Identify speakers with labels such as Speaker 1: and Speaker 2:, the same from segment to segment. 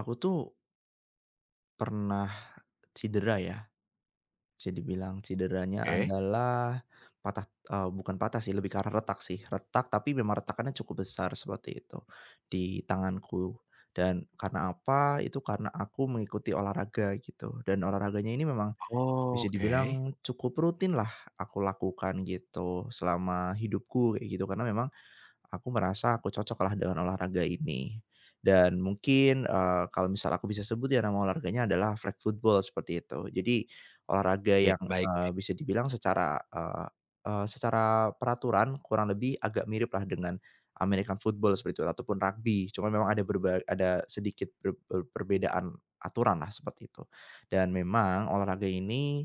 Speaker 1: Aku tuh pernah cedera ya, bisa dibilang cederanya
Speaker 2: Oke.
Speaker 1: adalah patah bukan patah sih, lebih ke retak sih. Retak, tapi memang retakannya cukup besar seperti itu, di tanganku. Dan karena apa? Itu karena aku mengikuti olahraga gitu, dan olahraganya ini memang bisa
Speaker 2: Oke.
Speaker 1: dibilang cukup rutin lah aku lakukan gitu selama hidupku kayak gitu, karena memang aku merasa aku cocoklah dengan olahraga ini. Dan mungkin, kalau misal aku bisa sebut ya nama olahraganya adalah flag football seperti itu. Jadi olahraga
Speaker 2: Oke,
Speaker 1: yang,
Speaker 2: baik baik.
Speaker 1: bisa dibilang secara, eee eee, secara peraturan kurang lebih agak miriplah dengan American football seperti itu ataupun rugby. Cuma memang ada ada sedikit per per perbedaan aturanlah seperti itu. Dan memang olahraga ini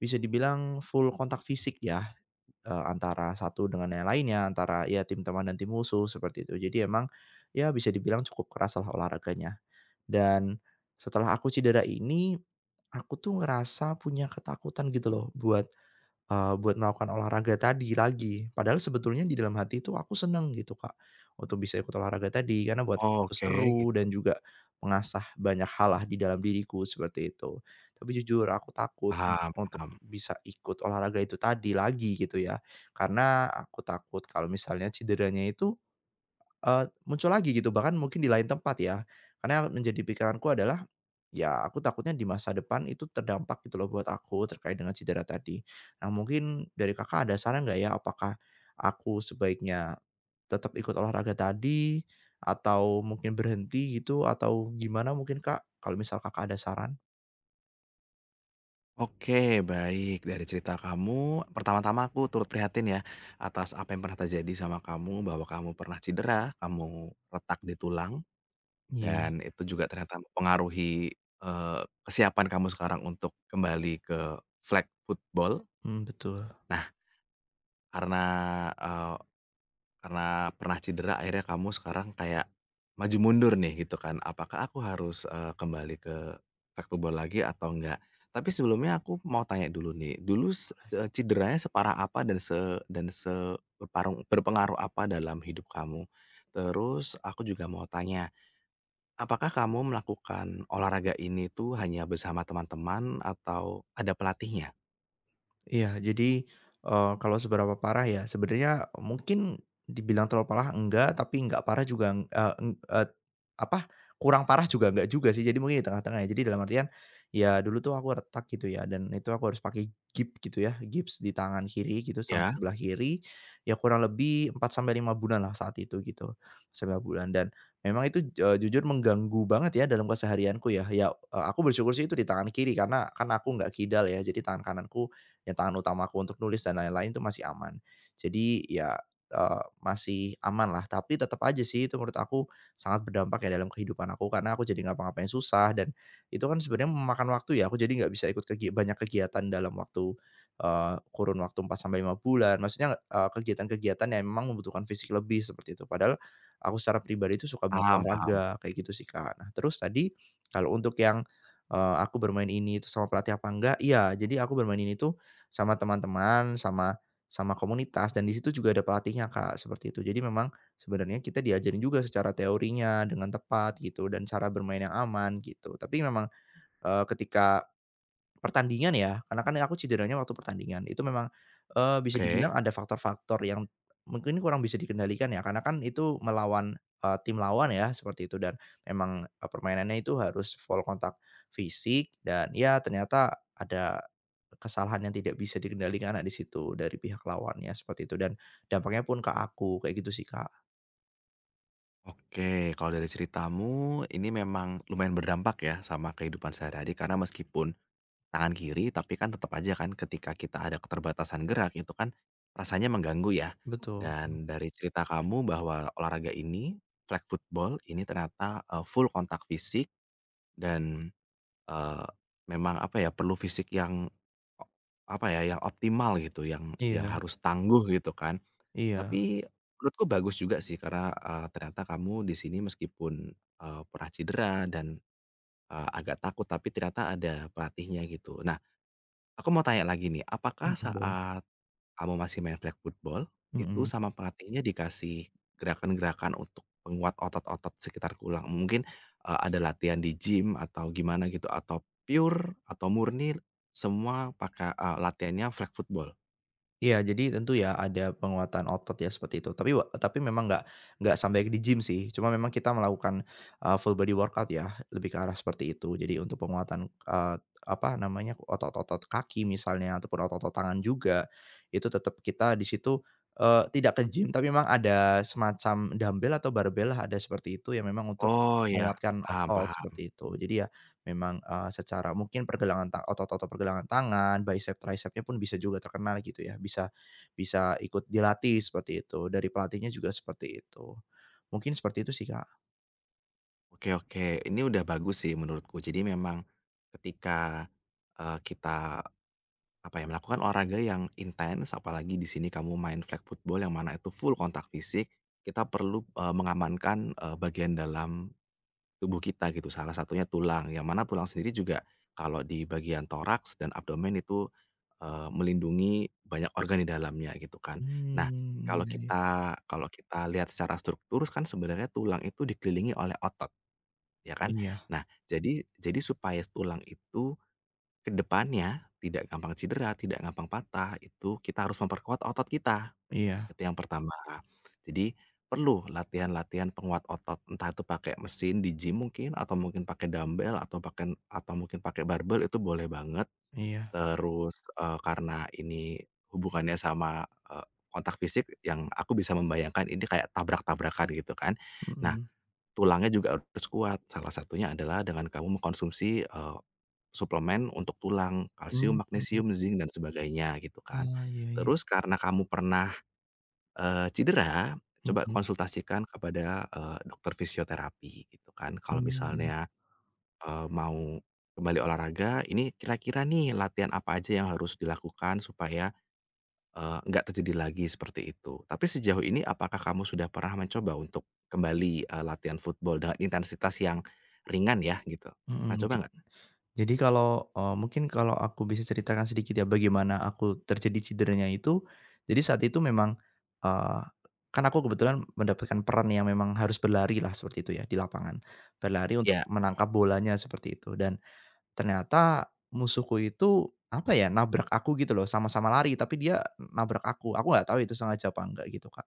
Speaker 1: bisa dibilang full kontak fisik ya. Antara satu dengan yang lainnya, antara ya tim teman dan tim musuh, seperti itu. Jadi emang ya bisa dibilang cukup keraslah olahraganya. Dan setelah aku cedera ini, aku tuh ngerasa punya ketakutan gitu loh buat melakukan olahraga tadi lagi. Padahal sebetulnya di dalam hati itu aku seneng gitu, Kak, untuk bisa ikut olahraga tadi karena buat aku itu
Speaker 2: Oke,
Speaker 1: seru
Speaker 2: gitu.
Speaker 1: dan juga mengasah banyak hal lah di dalam diriku seperti itu. Tapi jujur aku takut untuk
Speaker 2: Paham
Speaker 1: untuk
Speaker 2: paham.
Speaker 1: bisa ikut olahraga itu tadi lagi gitu ya, karena aku takut kalau misalnya cederanya itu muncul lagi gitu, bahkan mungkin di lain tempat ya. Karena yang menjadi pikiranku adalah, ya aku takutnya di masa depan itu terdampak gitu loh buat aku terkait dengan cedera tadi. Nah mungkin dari Kakak ada saran nggak ya, apakah aku sebaiknya tetap ikut olahraga tadi atau mungkin berhenti gitu atau gimana mungkin Kak, kalau misal Kakak ada saran?
Speaker 2: Oke, baik. Dari cerita kamu, pertama-tama aku turut prihatin ya, atas apa yang pernah terjadi sama kamu, bahwa kamu pernah cedera, kamu retak di tulang,
Speaker 1: Iya.
Speaker 2: dan itu juga ternyata mempengaruhi, eee, kesiapan kamu sekarang untuk kembali ke flag football.
Speaker 1: Mhm, betul.
Speaker 2: Nah, karena, eee karena pernah cedera akhirnya kamu sekarang kayak maju mundur nih gitu kan, apakah aku harus, kembali ke sepak bola lagi atau enggak? Tapi sebelumnya aku mau tanya dulu nih, cederanya separah apa dan se berparung berpengaruh apa dalam hidup kamu? Terus aku juga mau tanya, apakah kamu melakukan olahraga ini tuh hanya bersama teman-teman atau ada pelatihnya?
Speaker 1: Iya, jadi, kalau seberapa parah ya, sebenarnya mungkin dibilang terlalu parah enggak, tapi enggak parah juga, eee, eng et apa, kurang parah juga enggak juga sih, jadi mungkin di tengah-tengah ya. Jadi dalam artian, ya dulu tuh aku retak gitu ya, dan itu aku harus pakai gips gitu ya, gips di tangan kiri gitu, sama
Speaker 2: Ya,
Speaker 1: sebelah kiri, ya kurang lebih 4 sampai lima bulan lah saat itu gitu, 9 bulan dan memang itu, jujur mengganggu banget ya dalam keseharianku ya. Ya, aku bersyukur sih itu di tangan kiri, karena kan aku nggak kidal ya, jadi tangan kananku yang tangan utamaku untuk nulis dan lain-lain itu masih aman. Jadi ya, masih aman lah, tapi tetap aja sih itu menurut aku sangat berdampak ya dalam kehidupan aku, karena aku jadi ngapa-ngapain susah dan itu kan sebenarnya memakan waktu ya, aku jadi nggak bisa ikut banyak kegiatan dalam waktu, kurun waktu empat sampai lima bulan. Maksudnya, kegiatan-kegiatan yang memang membutuhkan fisik lebih seperti itu. Padahal aku secara pribadi itu suka banget
Speaker 2: paham
Speaker 1: olahraga,
Speaker 2: paham,
Speaker 1: kayak gitu sih, Kak. Nah, terus tadi kalau untuk yang, aku bermain ini itu sama pelatih apa enggak, iya. Jadi aku bermain ini tuh sama teman-teman, sama sama komunitas dan di situ juga ada pelatihnya, Kak, seperti itu. Jadi memang sebenarnya kita diajarin juga secara teorinya dengan tepat gitu dan cara bermain yang aman gitu. Tapi memang, ketika pertandingan ya, karena kan aku cederanya waktu pertandingan. Itu memang, bisa
Speaker 2: oke.
Speaker 1: dibilang ada faktor-faktor yang mungkin kurang bisa dikendalikan ya, karena kan itu melawan, tim lawan ya, seperti itu dan memang, permainannya itu harus full kontak fisik dan ya ternyata ada kesalahan yang tidak bisa dikendalikan, nah di situ dari pihak lawannya, seperti itu dan dampaknya pun ke aku, kayak gitu sih, Kak.
Speaker 2: Oke, kalau dari ceritamu ini memang lumayan berdampak ya sama kehidupan sehari-hari karena meskipun tangan kiri tapi kan tetap aja kan ketika kita ada keterbatasan gerak itu kan rasanya mengganggu ya.
Speaker 1: Betul,
Speaker 2: Dan dari cerita kamu bahwa olahraga ini, flag football ini ternyata, full kontak fisik dan, eee, memang apa ya, perlu fisik yang o apa ya, yang optimal gitu yang
Speaker 1: iya
Speaker 2: harus tangguh gitu kan.
Speaker 1: iya,
Speaker 2: Tapi menurutku bagus juga sih karena, ternyata kamu di sini meskipun, pernah cedera dan, agak takut tapi ternyata ada pelatihnya gitu. Nah, aku mau tanya lagi nih, apakah
Speaker 1: mhm, boleh.
Speaker 2: saat kamu masih main flag football, itu
Speaker 1: Mhm.
Speaker 2: sama pelatihnya dikasih gerakan-gerakan untuk penguat otot-otot sekitar tulang? Mungkin, ada latihan di gym atau gimana gitu? Atau pure atau murni semua pakai latihannya flag football?
Speaker 1: Iya, jadi tentu ya ada penguatan otot ya seperti itu. Tapi memang nggak sampai di gym sih, cuma memang kita melakukan, full body workout ya, lebih ke arah seperti itu. Jadi untuk penguatan, apa namanya, otot-otot kaki misalnya ataupun otot-otot tangan juga, itu tetap kita di situ, tidak ke gym tapi memang ada semacam dumbbell atau barbell lah, ada seperti itu yang memang untuk
Speaker 2: Oh, ya.
Speaker 1: menguatkan
Speaker 2: Paham
Speaker 1: otot,
Speaker 2: paham.
Speaker 1: seperti itu. Jadi ya memang, secara mungkin pergelangan ta otot-otot pergelangan tangan, bicep, tricepnya pun bisa juga terkenal gitu ya, bisa bisa ikut dilatih seperti itu, dari pelatihnya juga seperti itu. Mungkin seperti itu sih, Kak.
Speaker 2: Oke oke, ini udah bagus sih menurutku. Jadi memang ketika, kita, apa ya, melakukan olahraga yang intens, apalagi di sini kamu main flag football yang mana itu full kontak fisik, kita perlu, mengamankan, bagian dalam tubuh kita gitu, salah satunya tulang, yang mana tulang sendiri juga kalau di bagian toraks dan abdomen itu, melindungi banyak organ di dalamnya gitu kan. Nah,
Speaker 1: Hmm,
Speaker 2: kalau
Speaker 1: iya iya.
Speaker 2: kita kalau kita lihat secara struktur kan sebenarnya tulang itu dikelilingi oleh otot. Ya kan?
Speaker 1: Iya
Speaker 2: Nah, jadi supaya tulang itu ke depannya tidak gampang cedera, tidak gampang patah, itu kita harus memperkuat otot kita,
Speaker 1: iya
Speaker 2: itu yang pertama. Jadi perlu latihan-latihan penguat otot, entah itu pakai mesin di gym mungkin, atau mungkin pakai dumbbell, atau mungkin pakai barbel itu boleh banget.
Speaker 1: iya,
Speaker 2: Terus, karena ini hubungannya sama, kontak fisik yang aku bisa membayangkan ini kayak tabrak-tabrakan gitu kan. Nah,
Speaker 1: mhm,
Speaker 2: tulangnya juga harus kuat, salah satunya adalah dengan kamu mengkonsumsi, suplemen untuk tulang, kalsium,
Speaker 1: mmm, mhm.
Speaker 2: magnesium, zinc, dan sebagainya gitu kan.
Speaker 1: Ah, iya iya,
Speaker 2: Terus karena kamu pernah, cedera, coba
Speaker 1: mhm,
Speaker 2: konsultasikan kepada, dokter fisioterapi gitu kan. Kalau
Speaker 1: mmm, iya,
Speaker 2: misalnya, mau kembali olahraga, ini kira-kira nih latihan apa aja yang harus dilakukan supaya nggak terjadi lagi seperti itu. Tapi sejauh ini apakah kamu sudah pernah mencoba untuk kembali, latihan football dengan intensitas yang ringan ya gitu? Pernah
Speaker 1: mhm.
Speaker 2: coba nggak?
Speaker 1: Jadi kalau, mungkin kalau aku bisa ceritakan sedikit ya bagaimana aku terjadi cederanya itu, jadi saat itu memang, eee, kan aku kebetulan mendapatkan peran yang memang harus berlari lah seperti itu ya di lapangan. Berlari untuk
Speaker 2: Ya.
Speaker 1: menangkap bolanya seperti itu dan ternyata musuhku itu, apa ya, nabrak aku gitu loh, sama-sama lari tapi dia nabrak aku nggak tahu itu sengaja apa enggak gitu kan.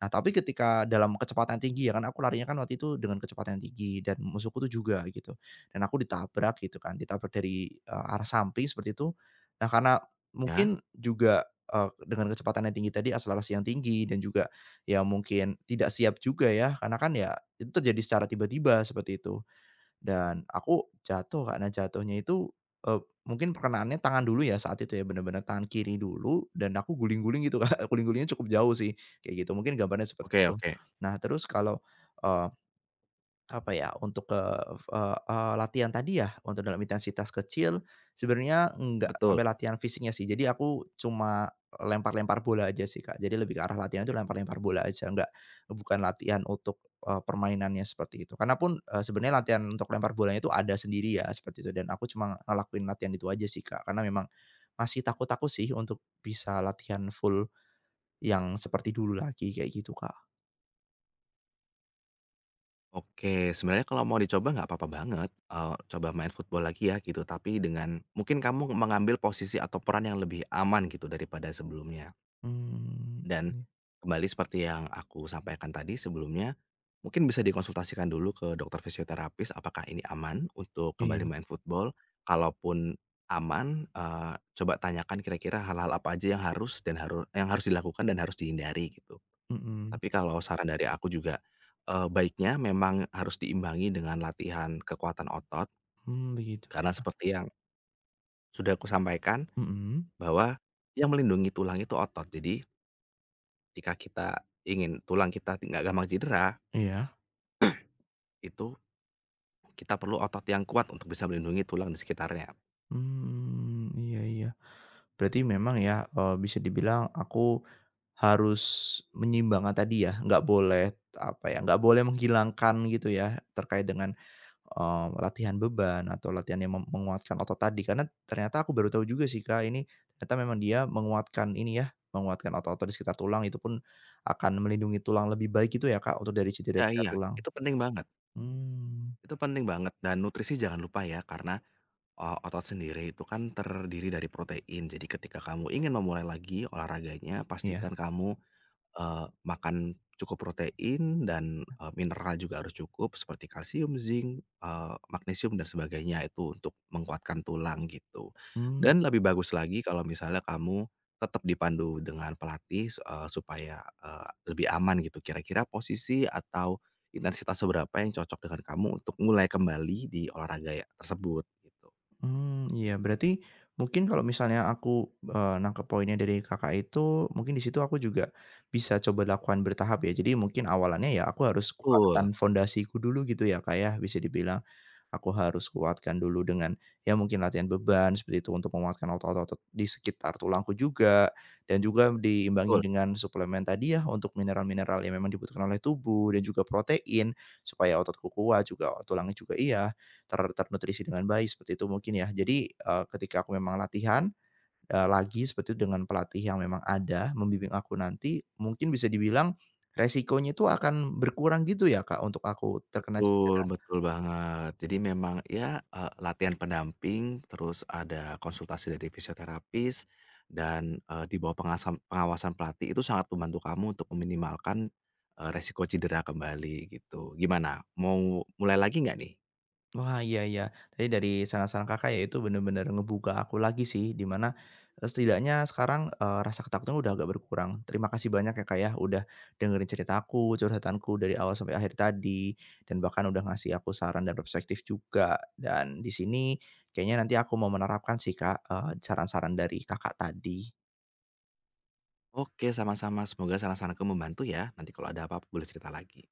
Speaker 1: Nah, tapi ketika dalam kecepatan tinggi ya kan, aku larinya kan waktu itu dengan kecepatan tinggi dan musuhku tuh juga gitu, dan aku ditabrak gitu kan, ditabrak dari, arah samping seperti itu. Nah, karena
Speaker 2: Ya?
Speaker 1: mungkin juga, dengan kecepatan yang tinggi tadi, akselerasi yang tinggi dan juga ya mungkin tidak siap juga ya, karena kan ya itu terjadi secara tiba-tiba seperti itu. Dan aku jatuh karena jatuhnya itu, eee, mungkin perkenaannya tangan dulu ya saat itu ya, bener-bener tangan kiri dulu dan aku guling-guling gitu Kak, guling-gulingnya cukup jauh sih, kayak gitu, mungkin gambarnya seperti
Speaker 2: Oke
Speaker 1: itu.
Speaker 2: oke.
Speaker 1: Nah terus kalau, apa ya, untuk, eee, f eee latihan tadi ya, untuk dalam intensitas kecil, sebenarnya nggak
Speaker 2: Betul.
Speaker 1: sampai latihan fisiknya sih. Jadi aku cuma lempar-lempar bola aja sih, Kak. Jadi lebih ke arah latihan itu lempar-lempar bola aja, nggak bukan latihan untuk, permainannya seperti itu. Karena pun, sebenarnya latihan untuk lempar bolanya itu ada sendiri ya, seperti itu. Dan aku cuma ngelakuin latihan itu aja sih, Kak. Karena memang masih takut-takut sih untuk bisa latihan full yang seperti dulu lagi, kayak gitu, Kak.
Speaker 2: Oke, sebenarnya kalau mau dicoba nggak apa-apa banget, coba main football lagi ya gitu, tapi dengan mungkin kamu mengambil posisi atau peran yang lebih aman gitu daripada sebelumnya.
Speaker 1: Hmm,
Speaker 2: Dan kembali seperti yang aku sampaikan tadi sebelumnya, mungkin bisa dikonsultasikan dulu ke dokter fisioterapis apakah ini aman untuk kembali
Speaker 1: iya,
Speaker 2: main football. Kalaupun aman, coba tanyakan kira-kira hal-hal apa aja yang harus dilakukan dan harus dihindari gitu.
Speaker 1: mhm,
Speaker 2: Tapi kalau saran dari aku juga, baiknya memang harus diimbangi dengan latihan kekuatan otot,
Speaker 1: hmm, begitu
Speaker 2: karena
Speaker 1: ya.
Speaker 2: seperti yang sudah aku sampaikan
Speaker 1: Mhm,
Speaker 2: bahwa yang melindungi tulang itu otot. Jadi jika kita ingin tulang kita nggak gampang cedera,
Speaker 1: iya,
Speaker 2: itu kita perlu otot yang kuat untuk bisa melindungi tulang di sekitarnya.
Speaker 1: mmm, iya iya. Berarti memang ya, bisa dibilang aku harus menyeimbangkan tadi ya, nggak boleh, apa ya, nggak boleh menghilangkan gitu ya, terkait dengan, latihan beban atau latihan yang menguatkan otot tadi. Karena ternyata aku baru tahu juga sih, Kak, ini ternyata memang dia menguatkan ini ya, menguatkan otot-otot di sekitar tulang, itu pun akan melindungi tulang lebih baik gitu ya, Kak, untuk dari
Speaker 2: Iya
Speaker 1: cedera-cedera
Speaker 2: iya,
Speaker 1: tulang.
Speaker 2: itu penting banget
Speaker 1: Mmm,
Speaker 2: itu penting banget dan nutrisi jangan lupa ya, karena otot sendiri itu kan terdiri dari protein. Jadi ketika kamu ingin memulai lagi olahraganya,
Speaker 1: iya,
Speaker 2: pastikan kamu, makan cukup protein dan, mineral juga harus cukup seperti kalsium, zinc, magnesium dan sebagainya itu untuk menguatkan tulang gitu.
Speaker 1: mmm.
Speaker 2: Dan lebih bagus lagi kalau misalnya kamu tetap dipandu dengan pelatih, supaya, lebih aman gitu. Kira-kira posisi atau intensitas seberapa yang cocok dengan kamu untuk mulai kembali di olahraga ya tersebut gitu.
Speaker 1: Hmm, iya berarti mungkin kalau misalnya aku, nangkep poinnya dari Kakak itu mungkin di situ aku juga bisa coba lakukan bertahap ya. Jadi mungkin awalannya ya aku harus
Speaker 2: Betul
Speaker 1: kuatkan fondasiku dulu gitu ya, Kak, ya bisa dibilang. Aku harus kuatkan dulu dengan ya mungkin latihan beban seperti itu untuk menguatkan otot-otot di sekitar tulangku juga dan juga diimbangi
Speaker 2: betul
Speaker 1: dengan suplemen tadi ya untuk mineral-mineral yang memang dibutuhkan oleh tubuh dan juga protein supaya ototku kuat juga tulangnya juga iya ternutrisi dengan baik, seperti itu mungkin ya. Jadi, ketika aku memang latihan, lagi seperti itu dengan pelatih yang memang ada membimbing aku nanti, mungkin bisa dibilang resikonya itu akan berkurang gitu ya, Kak, untuk aku terkena
Speaker 2: betul
Speaker 1: cedera.
Speaker 2: betul banget. Jadi memang ya, latihan pendamping, terus ada konsultasi dari fisioterapis, dan, di bawah pengawasan pelatih itu sangat membantu kamu untuk meminimalkan, resiko cedera kembali gitu. Gimana, mau mulai lagi nggak nih?
Speaker 1: Wah, iya iya. Tadi dari saran-saran Kakak ya itu bener-bener ngebuka aku lagi sih, dimana setidaknya sekarang, rasa ketakutan udah agak berkurang. Terima kasih banyak ya, Kak, ya, udah dengerin ceritaku, curhatanku dari awal sampai akhir tadi, dan bahkan udah ngasih aku saran dan perspektif juga. Dan di sini kayaknya nanti aku mau menerapkan sih, Kak, saran-saran dari Kakak tadi.
Speaker 2: Oke, sama-sama. Semoga saran-saranku membantu ya. Nanti kalau ada apa-apa boleh cerita lagi.